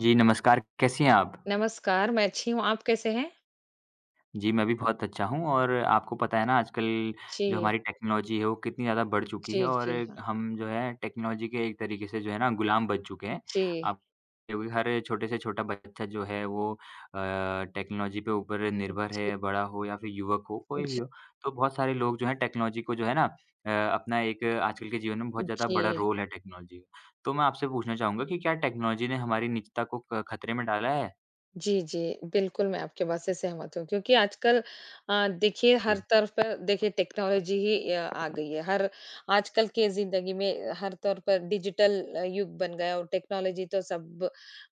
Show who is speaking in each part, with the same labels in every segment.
Speaker 1: जी, नमस्कार। कैसी हैं आप?
Speaker 2: नमस्कार, मैं अच्छी हूँ, आप कैसे हैं?
Speaker 1: जी, मैं भी बहुत अच्छा हूँ और आपको पता है ना आजकल जो
Speaker 2: जी,
Speaker 1: हमारी टेक्नोलॉजी है वो कितनी ज़्यादा बढ़ चुकी है
Speaker 2: जी,
Speaker 1: और
Speaker 2: जी, हाँ,
Speaker 1: हम जो है टेक्नोलॉजी के एक तरीके से जो है ना गुलाम बन चुके हैं।
Speaker 2: जी,
Speaker 1: आप क्योंकि हर छोटे से छोटा बच्चा जो है वो टेक्नोलॉजी पे ऊपर निर्भर है, बड़ा हो या फिर युवक हो, कोई
Speaker 2: जी,
Speaker 1: भी हो। तो बहुत सारे लोग जो हैं टेक्नोलॉजी को जो है ना अपना एक आजकल के जीवन में बहुत ज़्यादा
Speaker 2: जी।
Speaker 1: बड़ा रोल है टेक्नोलॉजी का। तो मैं आपसे पूछना चाहूँगा कि क्या टेक्नोलॉजी ने हमारी निजता को क खतरे में डाला है?
Speaker 2: जी, जी। बिल्कुल, मैं आपके बात से सहमत हूँ क्योंकि आजकल देखिए हर
Speaker 1: जी।
Speaker 2: तरफ पर देखिए टेक्नोलॉजी ही आ गई है। हर आजकल के ज़िंदगी में हर तौर पर डिजिटल युग बन गया और टेक्नोलॉजी तो सब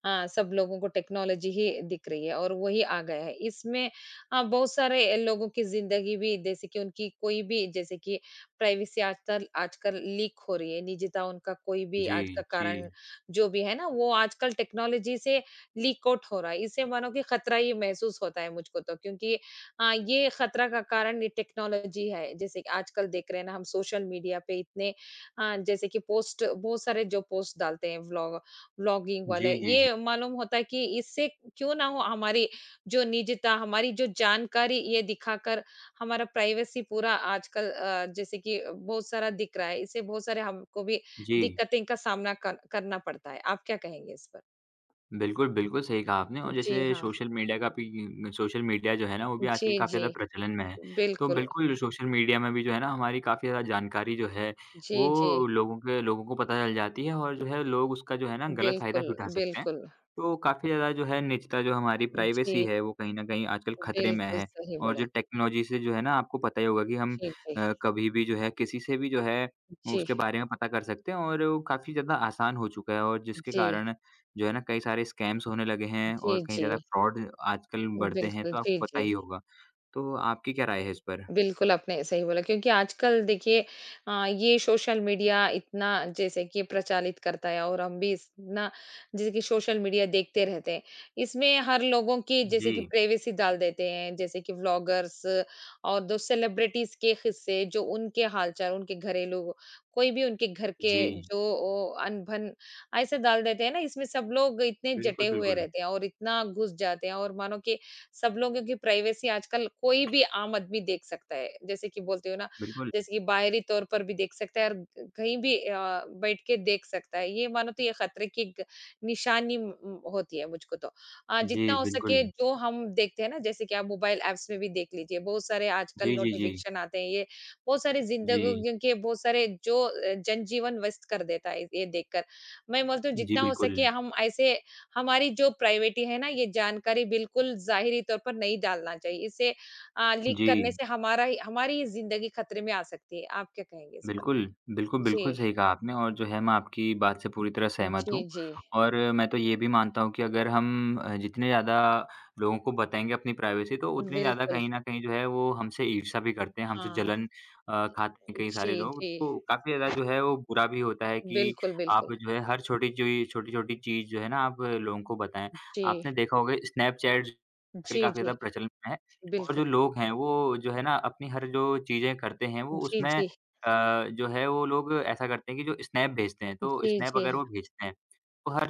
Speaker 2: हाँ, सब लोगों को टेक्नोलॉजी ही दिख रही है और वही आ गया है। इसमें बहुत सारे लोगों की ज़िंदगी भी जैसे कि उनकी कोई भी जैसे कि प्राइवेसी आजकल आजकल लीक हो रही है, निजता उनका कोई भी
Speaker 1: जी,
Speaker 2: आज का
Speaker 1: जी।
Speaker 2: कारण जो भी है ना, वो आजकल टेक्नोलॉजी से लीक आउट हो रहा है। इससे मानो कि खतरा ही महसूस होता है मुझको तो क्योंकि ये खतरा का कारण ये टेक्नोलॉजी है। जैसे कि आजकल देख रहे हैं ना हम सोशल मीडिया पे इतने जैसे कि पोस्ट बहुत सारे जो पोस्ट डालते हैं व्लॉगिंग वाले
Speaker 1: जी, जी, जी।
Speaker 2: ये मालूम होता है कि इससे क्यों ना हो हमारी जो निजता, हमारी जो जानकारी ये दिखाकर हमारा प्राइवेसी पूरा आजकल जैसे कि बहुत सारा दिख रहा है। इससे बहुत सारे हमको भी
Speaker 1: जी।
Speaker 2: दिक्कतें का सामना कर करना पड़ता है। आप क्या कहेंगे इस पर?
Speaker 1: बिल्कुल, बिल्कुल सही कहा आपने और
Speaker 2: जी
Speaker 1: जैसे
Speaker 2: हाँ।
Speaker 1: सोशल मीडिया का भी सोशल मीडिया जो है ना, वो भी
Speaker 2: जी,
Speaker 1: आजकल काफ़ी
Speaker 2: जी।
Speaker 1: ज़्यादा प्रचलन में है। तो
Speaker 2: बिल्कुल।
Speaker 1: बिल्कुल सोशल मीडिया में भी जो है ना, हमारी काफ़ी ज़्यादा जानकारी जो है,
Speaker 2: जी, जी।
Speaker 1: वो लोगों के लोगों को पता चल जाती है और जो है लोग उसका जो है ना, गलत फ़ायदा
Speaker 2: बिल्कुल,
Speaker 1: भी उठा सकते हैं।
Speaker 2: बिल्कुल।
Speaker 1: तो काफ़ी ज़्यादा जो है निजता जो हमारी
Speaker 2: जी,
Speaker 1: प्राइवेसी है, वो कहीं न कहीं आजकल खतरे में
Speaker 2: बिल्कुल
Speaker 1: है।
Speaker 2: सही
Speaker 1: और जो
Speaker 2: बोला।
Speaker 1: टेक्नोलॉजी से जो है ना, आपको पता ही होगा कि हम
Speaker 2: जी, जी।
Speaker 1: कभी भी जो है किसी से भी जो है
Speaker 2: जी,
Speaker 1: उसके बारे में पता कर सकते हैं और वो काफ़ी ज़्यादा आसान हो चुका है और जिसके
Speaker 2: जी,
Speaker 1: कारण जो है ना कई सारे स्कैम्स होने लगे हैं
Speaker 2: जी,
Speaker 1: और कहीं
Speaker 2: जी।
Speaker 1: ज़्यादा फ्रॉड आजकल बढ़ते हैं,
Speaker 2: बिल्कुल,
Speaker 1: तो
Speaker 2: जी,
Speaker 1: आपको पता
Speaker 2: जी।
Speaker 1: ही होगा। तो आपकी क्या राय है इस पर?
Speaker 2: बिल्कुल, आपने सही बोला क्योंकि आजकल देखिए ये सोशल मीडिया इतना जैसे कि प्रचलित करता है और हम भी इतना जैसे कि सोशल मीडिया देखते रहते हैं। इसमें हर लोगों की
Speaker 1: जी,
Speaker 2: जैसे कि प्राइवेसी डाल देते हैं, जैसे कि व्लॉगर्स और जो सेलिब्रिटीज़ के किस्से, जो उनके हाल-चाल, उनके घरेलू कोई भी उनके घर
Speaker 1: जी।
Speaker 2: के जो ओ अनबन ऐसे डाल देते हैं ना, इसमें सब लोग इतने जटे
Speaker 1: बिल्कुल,
Speaker 2: हुए
Speaker 1: बिल्कुल।
Speaker 2: रहते हैं और इतना घुस जाते हैं और मानो कि सब लोगों की प्राइवेसी आजकल कोई भी आम आदमी देख सकता है जैसे कि बोलते हो ना
Speaker 1: बिल्कुल।
Speaker 2: जैसे कि बाहरी तौर पर भी देख सकता है और कहीं भी बैठ के देख सकता है ये मानो तो ये खतरे की एक निशानी होती है मुझको तो जितना
Speaker 1: जी,
Speaker 2: हो
Speaker 1: बिल्कुल।
Speaker 2: सके जो हम देखते हैं ना जैसे कि आप मोबाइल एप्स में भी देख लीजिए बहुत सारे आजकल
Speaker 1: जी, जी, जी।
Speaker 2: नोटिफिकेशन आते हैं ये बहुत सारे
Speaker 1: जी।
Speaker 2: जिंदगी के बहुत सारे जो जनजीवन व्यस्त कर देता है ये देखकर मैं बोलती हूँ
Speaker 1: जी,
Speaker 2: जितना हो
Speaker 1: बिल्कुल।
Speaker 2: सके हम ऐसे हमारी जो प्राइवेटी है ना, ये जानकारी बिल्कुल ज़ाहिरी तौर पर नहीं डालना चाहिए। इसे लीक
Speaker 1: जी।
Speaker 2: करने से हमारा ही हमारी ही ज़िंदगी खतरे में आ सकती है। आप क्या कहेंगे इस पर?
Speaker 1: बिल्कुल, बिल्कुल, बिल्कुल
Speaker 2: जी,
Speaker 1: सही कहा आपने और जो है मैं आपकी बात से पूरी तरह सहमत
Speaker 2: जी,
Speaker 1: हूँ
Speaker 2: जी।
Speaker 1: और मैं तो ये भी मानता हूँ कि अगर हम जितने ज़्यादा लोगों को बताएँगे अपनी प्राइवेसी तो उतनी ज़्यादा
Speaker 2: बिल्कुल,
Speaker 1: कहीं न कहीं जो है वो हमसे ईर्ष्या भी करते हैं, हमसे
Speaker 2: हाँ।
Speaker 1: जलन खाते हैं कई सारे
Speaker 2: जी,
Speaker 1: लोग।
Speaker 2: जी।
Speaker 1: तो काफ़ी ज़्यादा जो है वो बुरा भी होता है कि
Speaker 2: बिल्कुल,
Speaker 1: आप
Speaker 2: बिल्कुल।
Speaker 1: जो है हर छोटी चीज़ छोटी-छोटी चीज़ जो है ना आप लोगों को बताएँ।
Speaker 2: जी,
Speaker 1: आपने देखा होगा स्नैपचैट आजकल
Speaker 2: जी,
Speaker 1: काफ़ी ज़्यादा
Speaker 2: जी।
Speaker 1: प्रचलन में है और जो
Speaker 2: बिल्कुल।
Speaker 1: लोग हैं वो जो है ना अपनी हर जो चीज़ें करते हैं वो
Speaker 2: जी,
Speaker 1: उसमें
Speaker 2: जी।
Speaker 1: जो है वो लोग ऐसा करते हैं कि जो स्नैप भेजते हैं, तो
Speaker 2: जी,
Speaker 1: स्नैप
Speaker 2: जी।
Speaker 1: अगर वो भेजते हैं, तो हर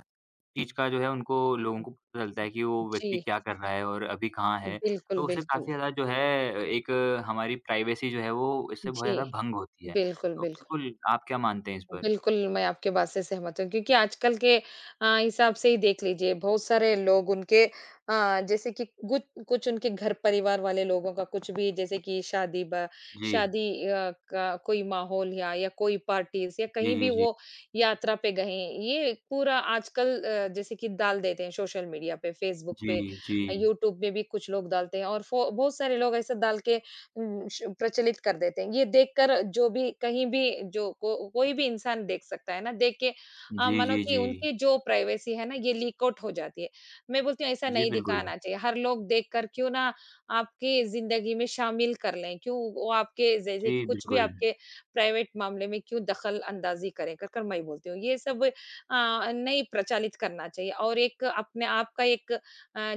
Speaker 1: चीज़ का जो है उनको लोगों को पता चलता है कि वो व्यक्ति
Speaker 2: जी,
Speaker 1: क्या कर रहा है और अभी कहाँ है।
Speaker 2: बिल्कुल,
Speaker 1: तो उससे
Speaker 2: बिल्कुल।
Speaker 1: काफ़ी ज़्यादा जो है एक हमारी प्राइवेसी जो है वो इससे बहुत
Speaker 2: जी,
Speaker 1: ज़्यादा भंग होती है।
Speaker 2: बिल्कुल,
Speaker 1: तो
Speaker 2: बिल्कुल।
Speaker 1: बिल्कुल, आप क्या मानते हैं इस पर?
Speaker 2: बिल्कुल, मैं आपके बात से सहमत हूँ क्योंकि आजकल के हिसाब से ही देख लीजिए बहुत सारे लोग उनके जैसे कि गुच कुछ उनके घर परिवार वाले लोगों का कुछ भी जैसे कि
Speaker 1: जी।
Speaker 2: शादी का कोई माहौल या कोई पार्टीज़ या
Speaker 1: जी,
Speaker 2: कहीं भी
Speaker 1: जी, जी।
Speaker 2: वो यात्रा पे गए हैं, ये पूरा आजकल जैसे कि डाल देते हैं सोशल मीडिया पे, फ़ेसबुक
Speaker 1: जी,
Speaker 2: पे,
Speaker 1: जी।
Speaker 2: यूट्यूब में भी कुछ लोग डालते हैं और फ़ो बहुत सारे लोग ऐसा डाल के श प्रचलित कर देते हैं। ये देखकर जो भी कहीं भी जो को कोई भी इंसान देख सकता है ना, देख के
Speaker 1: जी,
Speaker 2: मानो
Speaker 1: जी,
Speaker 2: कि
Speaker 1: जी।
Speaker 2: उनकी जो प्राइवेसी है ना, ये लीक आउट हो जाती है। मैं बोलती हूँ ऐसा
Speaker 1: जी,
Speaker 2: नहीं
Speaker 1: बिल्कुल।
Speaker 2: दिखाना चाहिए। हर लोग देखकर क्यों ना आपकी ज़िंदगी में शामिल कर लें, क्यों वो आपके जैसे कि
Speaker 1: जी,
Speaker 2: कुछ भी
Speaker 1: बिल्कुल।
Speaker 2: आपके प्राइवेट मामले में क्यों दखल-अंदाज़ी करें, कर कर मैं बोलती हूँ। ये सब नहीं प्रचलित करना चाहिए और एक अपने आप का एक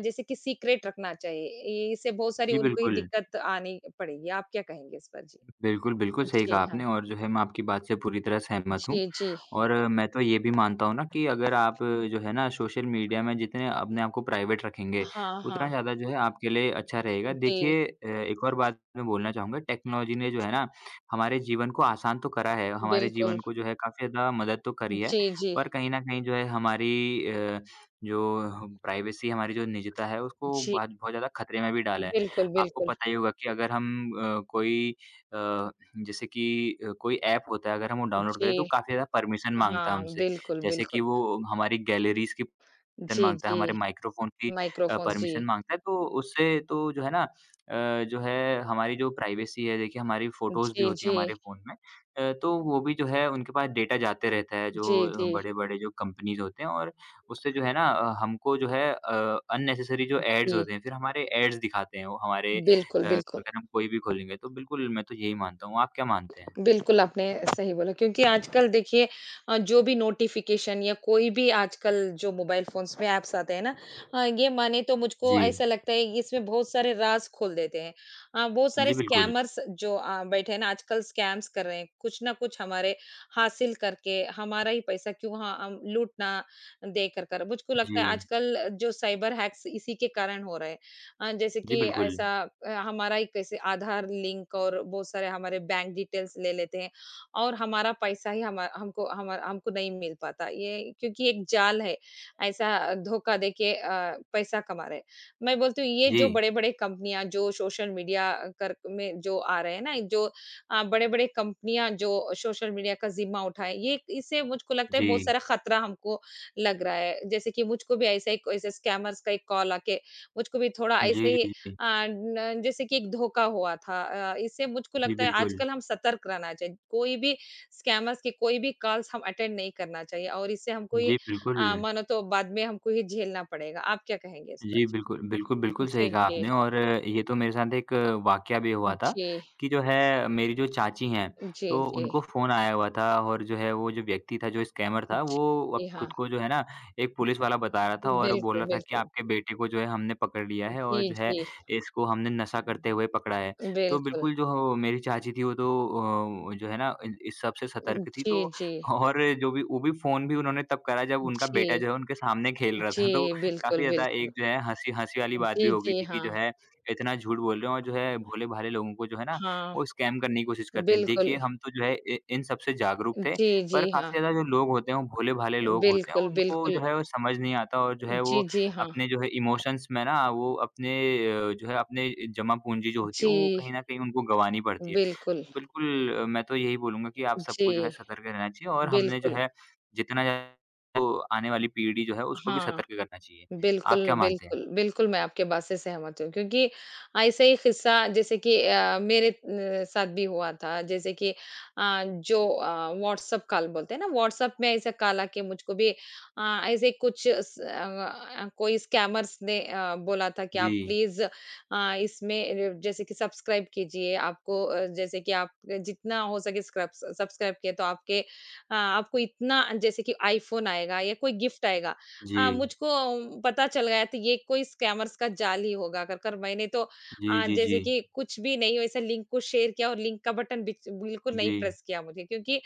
Speaker 2: जैसे कि सीक्रेट रखना चाहिए। इससे बहुत सारी
Speaker 1: जी,
Speaker 2: उनको ही
Speaker 1: बिल्कुल।
Speaker 2: दिक्कत आनी पड़ेगी। आप क्या कहेंगे इस पर? जी।
Speaker 1: बिल्कुल, बिल्कुल सही कहा
Speaker 2: जी, हाँ।
Speaker 1: आपने और जो है मैं आपकी बात से पूरी तरह सहमत हूँ।
Speaker 2: जी, जी।
Speaker 1: और मैं तो ये भी मानता हूँ ना कि अगर आप जो है ना सोशल मीडिया में जितने अपने आप को प्राइवेट रखेंगे,
Speaker 2: हाँ,
Speaker 1: उतना
Speaker 2: हाँ।
Speaker 1: ज़्यादा जो है आपके लिए अच्छा रहेगा।
Speaker 2: जी,
Speaker 1: देखिए एक और बात मैं बोलना चाहूँगा टेक्नोलॉजी ने जो है ना हमारे जीवन को आसान तो करा है, हमारे
Speaker 2: बिल्कुल।
Speaker 1: जीवन को जो है काफ़ी ज़्यादा मदद तो करी है।
Speaker 2: जी, जी।
Speaker 1: पर कहीं न कहीं जो है हमारी जो प्राइवेसी हमारी जो निजता है उसको
Speaker 2: जी,
Speaker 1: बहुत बहुत ज़्यादा खतरे में भी डाला है।
Speaker 2: बिल्कुल,
Speaker 1: आपको
Speaker 2: बिल्कुल।
Speaker 1: पता ही होगा कि अगर हम कोई अ, जैसे कि कोई ऐप होता है अगर हम वो डाउनलोड करें तो
Speaker 2: जी,
Speaker 1: काफ़ी ज़्यादा परमिशन माँगता है
Speaker 2: हाँ,
Speaker 1: हमसे।
Speaker 2: बिल्कुल,
Speaker 1: जैसे कि
Speaker 2: बिल्कुल।
Speaker 1: वो हमारी गैलरीज़ की परमिशन
Speaker 2: जी,
Speaker 1: माँगता है,
Speaker 2: जी।
Speaker 1: हमारे माइक्रोफ़ोन की
Speaker 2: माइक्रोफ़ोन्स, जी।
Speaker 1: परमिशन माँगता है, तो उससे तो जो है ना जो है हमारी जो प्राइवेसी है देखिए हमारी फ़ोटोज़ भी
Speaker 2: जी,
Speaker 1: होती हैं
Speaker 2: जी।
Speaker 1: हमारे फ़ोन में तो वो भी जो है उनके पास डेटा जाते रहता है जो
Speaker 2: जी, जी।
Speaker 1: बड़े-बड़े जो कंपनीज़ होते हैं और उससे जो है ना हमको जो है अननेसेसरी जो एड्स
Speaker 2: जी,
Speaker 1: होते हैं, फिर हमारे एड्स दिखाते हैं वो हमारे
Speaker 2: बिल्कुल, बिल्कुल।
Speaker 1: अगर हम कोई भी खोलेंगे तो बिल्कुल मैं तो यही मानता हूँ, आप क्या मानते हैं?
Speaker 2: बिल्कुल, आपने सही बोला क्योंकि आजकल देखिए जो भी नोटिफ़िकेशन या कोई भी आजकल जो मोबाइल फ़ोन्स में ऐप्स आते हैं ना ये माने तो मुझको
Speaker 1: जी।
Speaker 2: ऐसा लगता है कि इसमें बहुत सारे राज़ खोल देते हैं। बहुत सारे
Speaker 1: जी, बिल्कुल।
Speaker 2: स्कैमर्स जो बैठे हैं ना आजकल स्कैम्स कर रहे हैं, कुछ ना कुछ हमारे हासिल करके हमारा ही पैसा क्यों हाँ, हम लूट ना दे कर कर। मुझको लगता
Speaker 1: जी।
Speaker 2: है आजकल जो साइबर हैक्स इसी के कारण हो रहे हैं। जैसे
Speaker 1: जी,
Speaker 2: कि
Speaker 1: बिल्कुल।
Speaker 2: ऐसा हमारा एक कैसे आधार लिंक और बहुत सारे हमारे बैंक डिटेल्स ले लेते हैं और हमारा पैसा ही हम हमको नहीं मिल पाता ये क्योंकि एक जाल है ऐसा धोखा देके पैसा कमा रहे हैं। मैं बोलती हूँ ये
Speaker 1: जी।
Speaker 2: जो बड़े बड़े कंपनियां जो सोशल मीडिया कर में जो आ रहे हैं ना जो बड़े बड़े कंपनियां जो सोशल मीडिया का जिम्मा उठाए ये इससे मुझको लगता है
Speaker 1: जी।
Speaker 2: बहुत सारा खतरा हमको लग रहा है जैसे कि मुझको भी ऐसा एक ऐसे स्कैमर्स का एक कॉल आके मुझको भी थोड़ा ऐसे
Speaker 1: जी,
Speaker 2: ही
Speaker 1: जी, जी।
Speaker 2: न जैसे कि एक धोखा हुआ था इससे मुझको
Speaker 1: जी,
Speaker 2: लगता है
Speaker 1: बिल्कुल।
Speaker 2: आजकल हम सतर्क रहना चाहिए। कोई भी स्कैमर्स के कोई भी कॉल्स हम अटेंड नहीं करना चाहिए और इससे हमको ही
Speaker 1: जी, बिल्कुल।
Speaker 2: मानो तो बाद में हमको ही झेलना पड़ेगा। आप क्या कहेंगे इस पर?
Speaker 1: जी, बिल्कुल, बिल्कुल, बिल्कुल सही
Speaker 2: जी,
Speaker 1: कहा
Speaker 2: जी।
Speaker 1: आपने और ये तो मेरे साथ एक वाकया भी हुआ था
Speaker 2: जी,
Speaker 1: कि जो है मेरी जो चाची हैं,
Speaker 2: जी,
Speaker 1: तो
Speaker 2: जी।
Speaker 1: उनको फ़ोन आया हुआ था और जो है वो जो व्यक्ति था, जो स्कैमर था,
Speaker 2: जी,
Speaker 1: वो अब
Speaker 2: जी
Speaker 1: खुद
Speaker 2: हाँ।
Speaker 1: को जो है ना एक पुलिस वाला बता रहा था और बोल
Speaker 2: बिल्कुल,
Speaker 1: रहा था कि
Speaker 2: बिल्कुल।
Speaker 1: आपके बेटे को जो है हमने पकड़ लिया है
Speaker 2: जी,
Speaker 1: और जो है
Speaker 2: जी।
Speaker 1: इसको हमने नशा करते हुए पकड़ा है। तो
Speaker 2: बिल्कुल।
Speaker 1: बिल्कुल मेरी चाची थी वो तो जो है ना इन इस सबसे सतर्क थी
Speaker 2: जी,
Speaker 1: तो
Speaker 2: जी।
Speaker 1: और जो भी वो भी फ़ोन भी उन्होंने तब करा जब उनका
Speaker 2: जी,
Speaker 1: बेटा जो है उनके सामने खेल रहा
Speaker 2: जी,
Speaker 1: था तो
Speaker 2: बिल्कुल,
Speaker 1: काफ़ी ज़्यादा
Speaker 2: बिल्कुल।
Speaker 1: एक जो है हँसी हँसी वाली बात भी
Speaker 2: जी,
Speaker 1: हो गई
Speaker 2: जी,
Speaker 1: थी कि
Speaker 2: हाँ।
Speaker 1: जो है इतना झूठ बोल रहे हो और जो है भोले-भाले लोगों को जो है ना
Speaker 2: हाँ,
Speaker 1: वो स्कैम करने की कोशिश करते हैं।
Speaker 2: बिल्कुल।
Speaker 1: देखिए हम तो जो है इ इन सब से जागरूक थे,
Speaker 2: जी, जी,
Speaker 1: पर
Speaker 2: हाँ।
Speaker 1: काफ़ी ज़्यादा जो लोग होते हैं वो भोले-भाले लोग होते हैं,
Speaker 2: बिल्कुल,
Speaker 1: उनको
Speaker 2: बिल्कुल।
Speaker 1: जो है वो समझ नहीं आता और जो है
Speaker 2: जी,
Speaker 1: वो
Speaker 2: जी, हाँ।
Speaker 1: अपने जो है इमोशंस में ना वो अपने जो है अपने जमा पूँजी जो होती है वो
Speaker 2: जी,
Speaker 1: कहीं न कहीं उनको गँवानी पड़ती है।
Speaker 2: बिल्कुल।
Speaker 1: तो बिल्कुल मैं तो यही बोलूँगा कि आप सबको जो है
Speaker 2: जी,
Speaker 1: सतर्क रहना चाहिए और हमने जो
Speaker 2: बिल्कुल।
Speaker 1: है जितना जो आने वाली पीढ़ी जो है उसको भी
Speaker 2: हाँ।
Speaker 1: सतर्क करना चाहिए।
Speaker 2: बिल्कुल,
Speaker 1: आप क्या मानते हैं?
Speaker 2: बिल्कुल, बिल्कुल, मैं आपके बात से सहमत हूँ क्योंकि ऐसा ही किस्सा जैसे कि मेरे न साथ भी हुआ था। जैसे कि व्हाट्सएप कॉल बोलते हैं ना, व्हाट्सएप में ऐसा कॉल आके मुझको भी ऐसे कुछ स अ अ, कोई स्कैमर्स ने बोला था कि आप
Speaker 1: जी,
Speaker 2: प्लीज़ इसमें जैसे कि सब्सक्राइब कीजिए। आपको जैसे कि आप जितना हो सके स्क्रब सब्सक्राइब किए तो आपके आपको इतना जैसे कि आईफ़ोन आएगा या कोई गिफ्ट आएगा।
Speaker 1: जी,
Speaker 2: मुझको पता चल गया था ये कोई स्कैमर्स का जाल ही होगा कर कर मैंने तो
Speaker 1: जी, जी, जी।
Speaker 2: जैसे कि कुछ भी नहीं वैसे लिंक को शेयर किया और लिंक का बटन बिल्कुल नहीं
Speaker 1: जी,
Speaker 2: प्रेस किया मुझे क्योंकि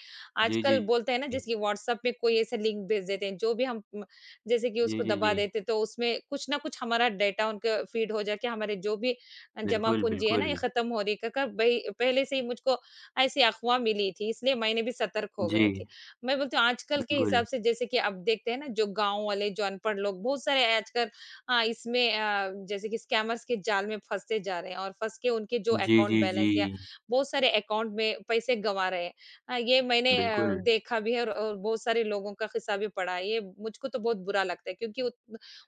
Speaker 1: जी, जी,
Speaker 2: आजकल बोलते हैं ना
Speaker 1: जी।
Speaker 2: जैसे कि व्हाट्सएप में कोई ऐसे लिंक भेज देते हैं जो भी जैसे कि
Speaker 1: जी,
Speaker 2: उसको
Speaker 1: जी,
Speaker 2: दबा
Speaker 1: जी।
Speaker 2: देते तो उसमें कुछ ना कुछ हमारा डाटा उनके फीड हो जाके हमारे जो भी जमा
Speaker 1: बिल्कुल,
Speaker 2: पूंजी है ना ये
Speaker 1: बिल्कुल।
Speaker 2: खत्म हो रही है। कर कर भाई पहले से ही मुझको ऐसी अफवाह मिली थी इसलिए मैंने भी सतर्क हो
Speaker 1: जी,
Speaker 2: गए थे मैं बोलती हूँ आजकल के
Speaker 1: बिल्कुल।
Speaker 2: हिसाब से जैसे कि अब देखते हैं ना जो गाँव वाले जो अनपढ़ लोग बहुत सारे आजकल इसमें जैसे कि स्कैमर्स के जाल में फँसते जा रहे हैं और फँस के उनके जो
Speaker 1: जी,
Speaker 2: अकाउंट
Speaker 1: जी, जी।
Speaker 2: बैलेंस या बहुत सारे अकाउंट में पैसे गँवा रहे हैं। ये मैंने
Speaker 1: बिल्कुल,
Speaker 2: देखा भी है और बहुत सारे लोगों का किस्सा भी पढ़ा है। ये मुझको तो बहुत बुरा लगता है क्योंकि उत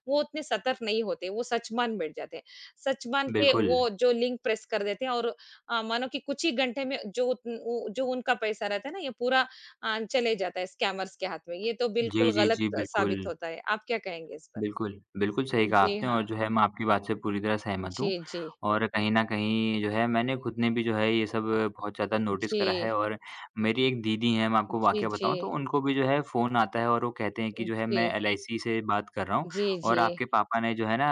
Speaker 2: वो उतने सतर्क नहीं होते, वो सच मान बैठ जाते हैं। सच मान के
Speaker 1: बिल्कुल।
Speaker 2: वो जो लिंक प्रेस कर देते हैं और मानो कि कुछ ही घंटे में जो उत उ जो उनका पैसा रहता है ना ये पूरा हाँ, चले जाता है स्कैमर्स के हाथ में। ये तो
Speaker 1: जी,
Speaker 2: बिल्कुल
Speaker 1: जी,
Speaker 2: गलत
Speaker 1: जी, बिल्कुल।
Speaker 2: साबित होता है। आप क्या कहेंगे इस पर?
Speaker 1: बिल्कुल, बिल्कुल सही कहा
Speaker 2: जी
Speaker 1: आपने और
Speaker 2: हाँ।
Speaker 1: जो है मैं आपकी बात से पूरी तरह सहमत
Speaker 2: जी,
Speaker 1: हूँ
Speaker 2: जी।
Speaker 1: और कहीं न कहीं जो है मैंने खुद ने भी जो है ये सब बहुत ज़्यादा नोटिस
Speaker 2: जी।
Speaker 1: करा है और मेरी एक दीदी हैं, मैं आपको
Speaker 2: जी,
Speaker 1: वाकया
Speaker 2: जी।
Speaker 1: बताऊँ तो उनको भी जो है फ़ोन आता है और वो कहते हैं कि जो है
Speaker 2: जी।
Speaker 1: मैं एलआईसी से बात कर रहा हूँ
Speaker 2: जी, जी।
Speaker 1: और आपके पापा ने जो है ना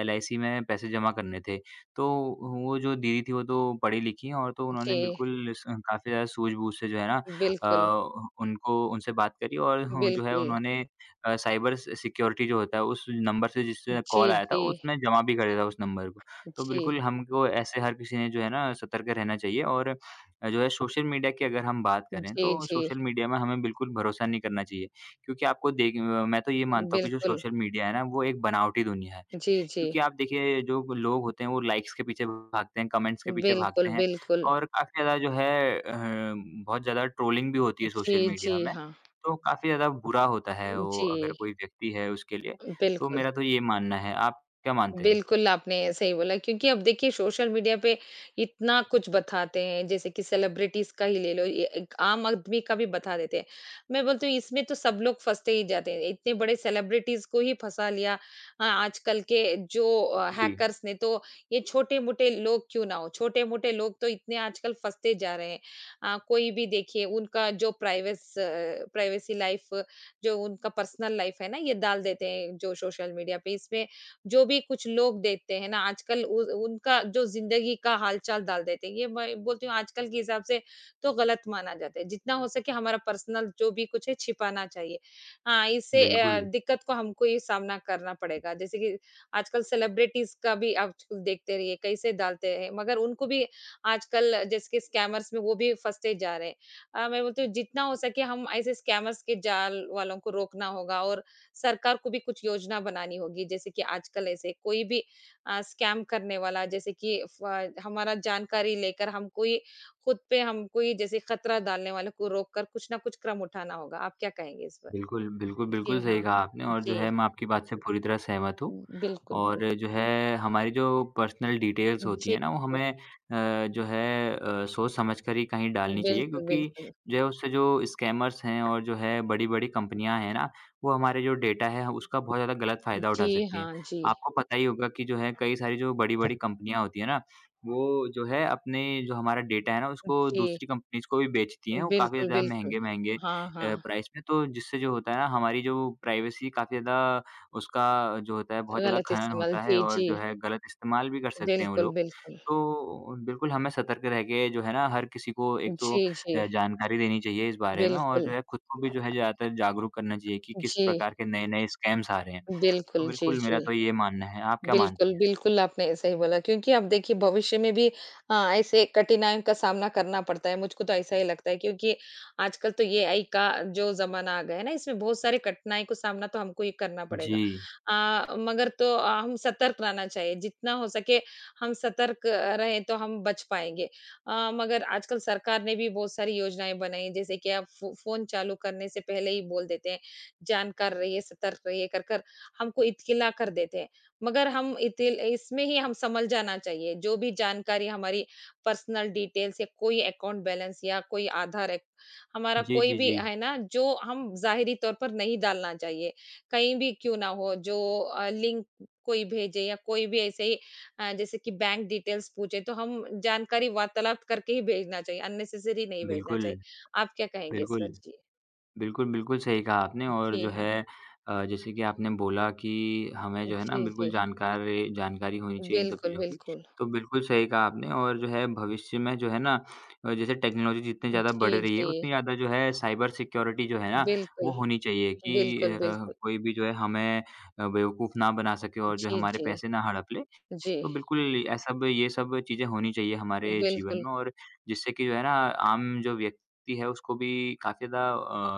Speaker 1: एलआईसी में पैसे जमा करने थे। तो वो जो दीदी थी वो तो पढ़ी-लिखी हैं और तो उन्होंने
Speaker 2: जी।
Speaker 1: बिल्कुल स काफ़ी ज़्यादा सूझ-बूझ से जो है ना
Speaker 2: बिल्कुल,
Speaker 1: उनको उनसे बात करी और जो है
Speaker 2: बिल्कुल।
Speaker 1: उन्होंने साइबर स सिक्योरिटी जो होता है उस नंबर से जिससे
Speaker 2: जी,
Speaker 1: कॉल आया था
Speaker 2: जी।
Speaker 1: उसने जमा भी कर दिया था उस नंबर को। तो
Speaker 2: जी।
Speaker 1: बिल्कुल हमको ऐसे हर किसी ने जो है ना सतर्क रहना चाहिए और जो है सोशल मीडिया की अगर हम बात करें
Speaker 2: जी,
Speaker 1: तो
Speaker 2: जी।
Speaker 1: सोशल मीडिया में हमें बिल्कुल भरोसा नहीं करना चाहिए। क्योंकि आपको मैं तो ये मानता हूँ कि जो
Speaker 2: बिल्कुल।
Speaker 1: सोशल मीडिया है ना वो एक बनावटी दुनिया है।
Speaker 2: जी, जी।
Speaker 1: क्योंकि आप देखिए जो लोग होते हैं वो लाइक्स के पीछे भागते हैं, कमेंट्स के पीछे भागते
Speaker 2: बिल्कुल,
Speaker 1: हैं
Speaker 2: बिल्कुल।
Speaker 1: और काफ़ी ज़्यादा जो है अ, बहुत ज़्यादा ट्रोलिंग भी होती है
Speaker 2: जी,
Speaker 1: सोशल
Speaker 2: जी,
Speaker 1: मीडिया में,
Speaker 2: हाँ।
Speaker 1: तो काफ़ी ज़्यादा बुरा होता है वो अगर
Speaker 2: जी,
Speaker 1: कोई व्यक्ति है उसके लिए, तो
Speaker 2: बिल्कुल।
Speaker 1: मेरा तो ये मानना है। आप क्या मानते हैं?
Speaker 2: बिल्कुल, आपने सही बोला क्योंकि अब देखिए सोशल मीडिया पे इतना कुछ बताते हैं, जैसे कि सेलिब्रिटीज़ का ही ले लो, ये एक आम आदमी का भी बता देते हैं। मैं बोलती हूँ इसमें तो सब लोग फँसते ही जाते हैं, इतने बड़े सेलिब्रिटीज़ को ही फँसा लिया। हाँ, आजकल के जो
Speaker 1: जी,
Speaker 2: हैकर्स ने तो ये छोटे-मोटे लोग क्यों ना हो, छोटे-मोटे लोग तो इतने आजकल फँसते जा रहे हैं। कोई भी देखिए उनका जो प्राइवेसी लाइफ़ जो उनका पर्सनल लाइफ़ है ना, ये डाल देते हैं जो सोशल मीडिया पे, इसमें जो भी कुछ लोग देते हैं ना आजकल उ उनका जो ज़िंदगी का हाल-चाल डाल देते हैं, ये मैं बोलती हूँ आजकल के हिसाब से तो गलत माना जाता है। जितना हो सके हमारा पर्सनल जो भी कुछ है छिपाना चाहिए। हाँ, इससे
Speaker 1: बिल्कुल।
Speaker 2: दिक्कत को हमको ये सामना करना पड़ेगा। जैसे कि आजकल सेलिब्रिटीज़ का भी आप देखते रहिए कैसे डालते हैं, मगर उनको भी आजकल जैसे कि स्कैमर्स में वो भी फँसते जा रहे हैं। मैं बोलती हूँ जितना हो सके हम ऐसे स्कैमर्स के जाल वालों को रोकना होगा और सरकार को भी कुछ योजना बनानी होगी, जैसे कि आजकल ऐसे कोई भी स्कैम करने वाला जैसे कि फ हमारा जानकारी लेकर हम कोई खुद पे हम कोई जैसे खतरा डालने वाले को रोककर कुछ ना कुछ कदम उठाना होगा। आप क्या कहेंगे इस पर?
Speaker 1: बिल्कुल, बिल्कुल, बिल्कुल
Speaker 2: जी
Speaker 1: सही
Speaker 2: हाँ।
Speaker 1: कहा आपने और जो है
Speaker 2: जी,
Speaker 1: मैं आपकी बात से पूरी तरह सहमत हूँ।
Speaker 2: बिल्कुल,
Speaker 1: और
Speaker 2: जी।
Speaker 1: जो है हमारी जो पर्सनल डिटेल्स होती
Speaker 2: जी, जी।
Speaker 1: हैं ना वो हमें जो है सोच समझ कर ही कहीं डालनी चाहिए
Speaker 2: बिल्कुल,
Speaker 1: क्योंकि
Speaker 2: बिल्कुल।
Speaker 1: जो है उससे जो स्कैमर्स हैं और जो है बड़ी-बड़ी कंपनियाँ हैं ना, वो हमारे जो डेटा है उसका बहुत ज़्यादा गलत फ़ायदा
Speaker 2: जी
Speaker 1: उठा सकती
Speaker 2: हाँ,
Speaker 1: हैं।
Speaker 2: जी।
Speaker 1: आपको पता ही होगा कि जो है कई सारी जो बड़ी-बड़ी कंपनियाँ होती हैं ना, वो जो है अपने जो हमारा डेटा है ना उसको
Speaker 2: जी,
Speaker 1: दूसरी कंपनीज़ को भी बेचती हैं। वो काफ़ी
Speaker 2: बिल्कुल,
Speaker 1: ज़्यादा
Speaker 2: बिल्कुल।
Speaker 1: महँगे-महँगे
Speaker 2: हाँ, हाँ,
Speaker 1: प्राइस में तो जिससे जो होता है ना हमारी जो प्राइवेसी काफ़ी ज़्यादा उसका जो होता है बहुत ज़्यादा
Speaker 2: गलत
Speaker 1: खनन
Speaker 2: इस्तेमाल।
Speaker 1: होता है
Speaker 2: जी,
Speaker 1: और
Speaker 2: जी।
Speaker 1: जो है गलत इस्तेमाल भी कर सकते हैं वो
Speaker 2: बिल्कुल,
Speaker 1: लोग।
Speaker 2: बिल्कुल।
Speaker 1: तो बिल्कुल हमें सतर्क रह के जो है ना हर किसी को एक तो
Speaker 2: जी, जी,
Speaker 1: जानकारी देनी चाहिए इस बारे में और जो
Speaker 2: बिल्कुल।
Speaker 1: है खुद को भी जो है ज़्यादातर जागरूक करना चाहिए कि किस
Speaker 2: जी।
Speaker 1: प्रकार के नए-नए स्कैम्स आ रहे हैं। तो
Speaker 2: बिल्कुल, जी,
Speaker 1: बिल्कुल
Speaker 2: जी।
Speaker 1: मेरा तो ये मानना है। आप क्या मानती
Speaker 2: बिल्कुल,
Speaker 1: हैं?
Speaker 2: बिल्कुल, आपने सही बोला क्योंकि अब देखिए भविष्य में भी ऐसे कठिनाइयों का सामना करना पड़ता है, मुझको तो ऐसा ही लगता है क्योंकि आजकल तो ये आई का जो ज़माना आ गया है ना, इसमें बहुत सारी कठिनाई को सामना तो हमको ही करना पड़ेगा।
Speaker 1: जी।
Speaker 2: मगर तो हम सतर्क रहना चाहिए, जितना हो सके हम सतर्क रहें तो हम बच पाएँगे। मगर आजकल सरकार ने भी बहुत सारी योजनाएँ बनाई हैं, जैसे कि आप फ़ोन चालू करने से पहले ही बोल देते हैं, जानकार रहिए, सतर्क रहिए कर, कर हमको इत्तिला कर देते हैं। मगर हम इतिल इसमें ही हम संभल जाना चाहिए। जो भी जानकारी हमारी पर्सनल डिटेल्स या कोई अकाउंट बैलेंस या कोई आधार एक हमारा
Speaker 1: जी,
Speaker 2: कोई
Speaker 1: जी,
Speaker 2: भी
Speaker 1: जी।
Speaker 2: है ना, जो हम ज़ाहिरी तौर पर नहीं डालना चाहिए। कहीं भी क्यों ना हो जो लिंक कोई भेजे या कोई भी ऐसे ही जैसे कि बैंक डिटेल्स पूछे तो हम जानकारी वार्तालाप करके ही भेजना चाहिए, अननेसेसरी नहीं भेजना
Speaker 1: बिल्कुल,
Speaker 2: चाहिए। आप क्या कहेंगे इस
Speaker 1: बिल्कुल।
Speaker 2: पर? जी।
Speaker 1: बिल्कुल, बिल्कुल सही कहा आपने और
Speaker 2: जी
Speaker 1: जो
Speaker 2: हाँ।
Speaker 1: है जैसे कि आपने बोला कि हमें जो है ना
Speaker 2: जी,
Speaker 1: बिल्कुल
Speaker 2: जी।
Speaker 1: जानकारी होनी चाहिए इन सब
Speaker 2: बिल्कुल,
Speaker 1: चीज़ों की।
Speaker 2: बिल्कुल।
Speaker 1: तो बिल्कुल सही कहा आपने और जो है भविष्य में जो है ना जैसे टेक्नोलॉजी जितनी ज़्यादा
Speaker 2: जी,
Speaker 1: बढ़ रही है,
Speaker 2: जी।
Speaker 1: उतनी ज़्यादा जो है साइबर सिक्योरिटी जो है ना
Speaker 2: बिल्कुल।
Speaker 1: वो होनी चाहिए कि
Speaker 2: बिल्कुल, बिल्कुल।
Speaker 1: कोई भी जो है हमें बेवकूफ़ ना बना सके और जो
Speaker 2: जी,
Speaker 1: हमारे
Speaker 2: जी।
Speaker 1: पैसे ना हड़प ले।
Speaker 2: जी,
Speaker 1: तो बिल्कुल ऐसा ब ये सब चीज़ें होनी चाहिए हमारे जीवन
Speaker 2: बिल्कुल।
Speaker 1: में और जिससे कि जो है ना आम जो व्यक्ति है उसको भी काफ़ी ज़्यादा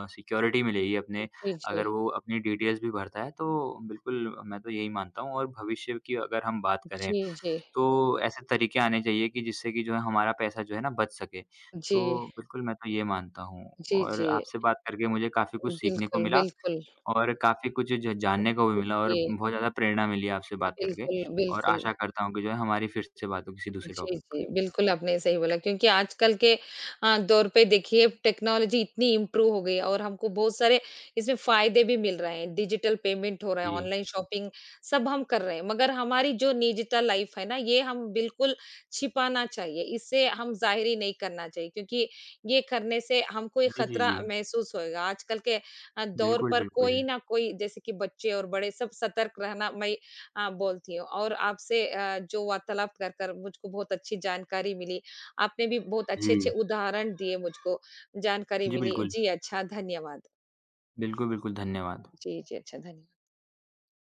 Speaker 1: सिक्योरिटी मिलेगी अपने
Speaker 2: जी, जी।
Speaker 1: अगर वो अपनी डिटेल्स भी भरता है तो बिल्कुल मैं तो यही मानता हूँ और भविष्य की अगर हम बात करें
Speaker 2: जी, जी।
Speaker 1: तो ऐसे तरीके आने चाहिए कि जिससे कि जो है हमारा पैसा जो है ना बच सके।
Speaker 2: जी,
Speaker 1: तो बिल्कुल मैं तो ये मानता हूँ
Speaker 2: जी,
Speaker 1: और
Speaker 2: जी।
Speaker 1: आपसे बात करके मुझे काफ़ी कुछ सीखने को
Speaker 2: बिल्कुल,
Speaker 1: मिला।
Speaker 2: बिल्कुल।
Speaker 1: और काफ़ी कुछ ज जानने को भी मिला और
Speaker 2: जी,
Speaker 1: बहुत ज़्यादा प्रेरणा मिली आपसे बात करके
Speaker 2: बिल्कुल,
Speaker 1: और
Speaker 2: बिल्कुल।
Speaker 1: आशा करता हूँ कि जो है हमारी फिर से बात हो किसी दूसरे
Speaker 2: जी,
Speaker 1: टॉपिक पर।
Speaker 2: जी। बिल्कुल, आपने सही बोला क्योंकि आजकल के दौर पे देखिए टेक्नोलॉजी इतनी इम्प्रूव हो गई है और हमको बहुत सारे इसमें फ़ायदे भी मिल रहे हैं। डिजिटल पेमेंट हो रहा है,
Speaker 1: जी।
Speaker 2: ऑनलाइन शॉपिंग सब हम कर रहे हैं। मगर हमारी जो निजता लाइफ़ है ना, ये हम बिल्कुल छिपाना चाहिए। इससे हम ज़ाहिरी नहीं करना चाहिए क्योंकि ये करने से हमको ये
Speaker 1: जी, जी,
Speaker 2: खतरा
Speaker 1: जी।
Speaker 2: महसूस होएगा। आजकल के दौर
Speaker 1: बिल्कुल,
Speaker 2: पर
Speaker 1: बिल्कुल।
Speaker 2: कोई ना कोई जैसे कि बच्चे और बड़े सब सतर्क रहना मैं हाँ, बोलती हूँ और आपसे जो वार्तालाप कर कर मुझको बहुत अच्छी जानकारी मिली। आपने भी बहुत अच्छे-अच्छे
Speaker 1: जी।
Speaker 2: उदाहरण दिए मुझको, जानकारी
Speaker 1: जी,
Speaker 2: मिली।
Speaker 1: बिल्कुल।
Speaker 2: जी अच्छा, धन्यवाद।
Speaker 1: बिल्कुल, बिल्कुल, धन्यवाद।
Speaker 2: जी, जी अच्छा, धन्य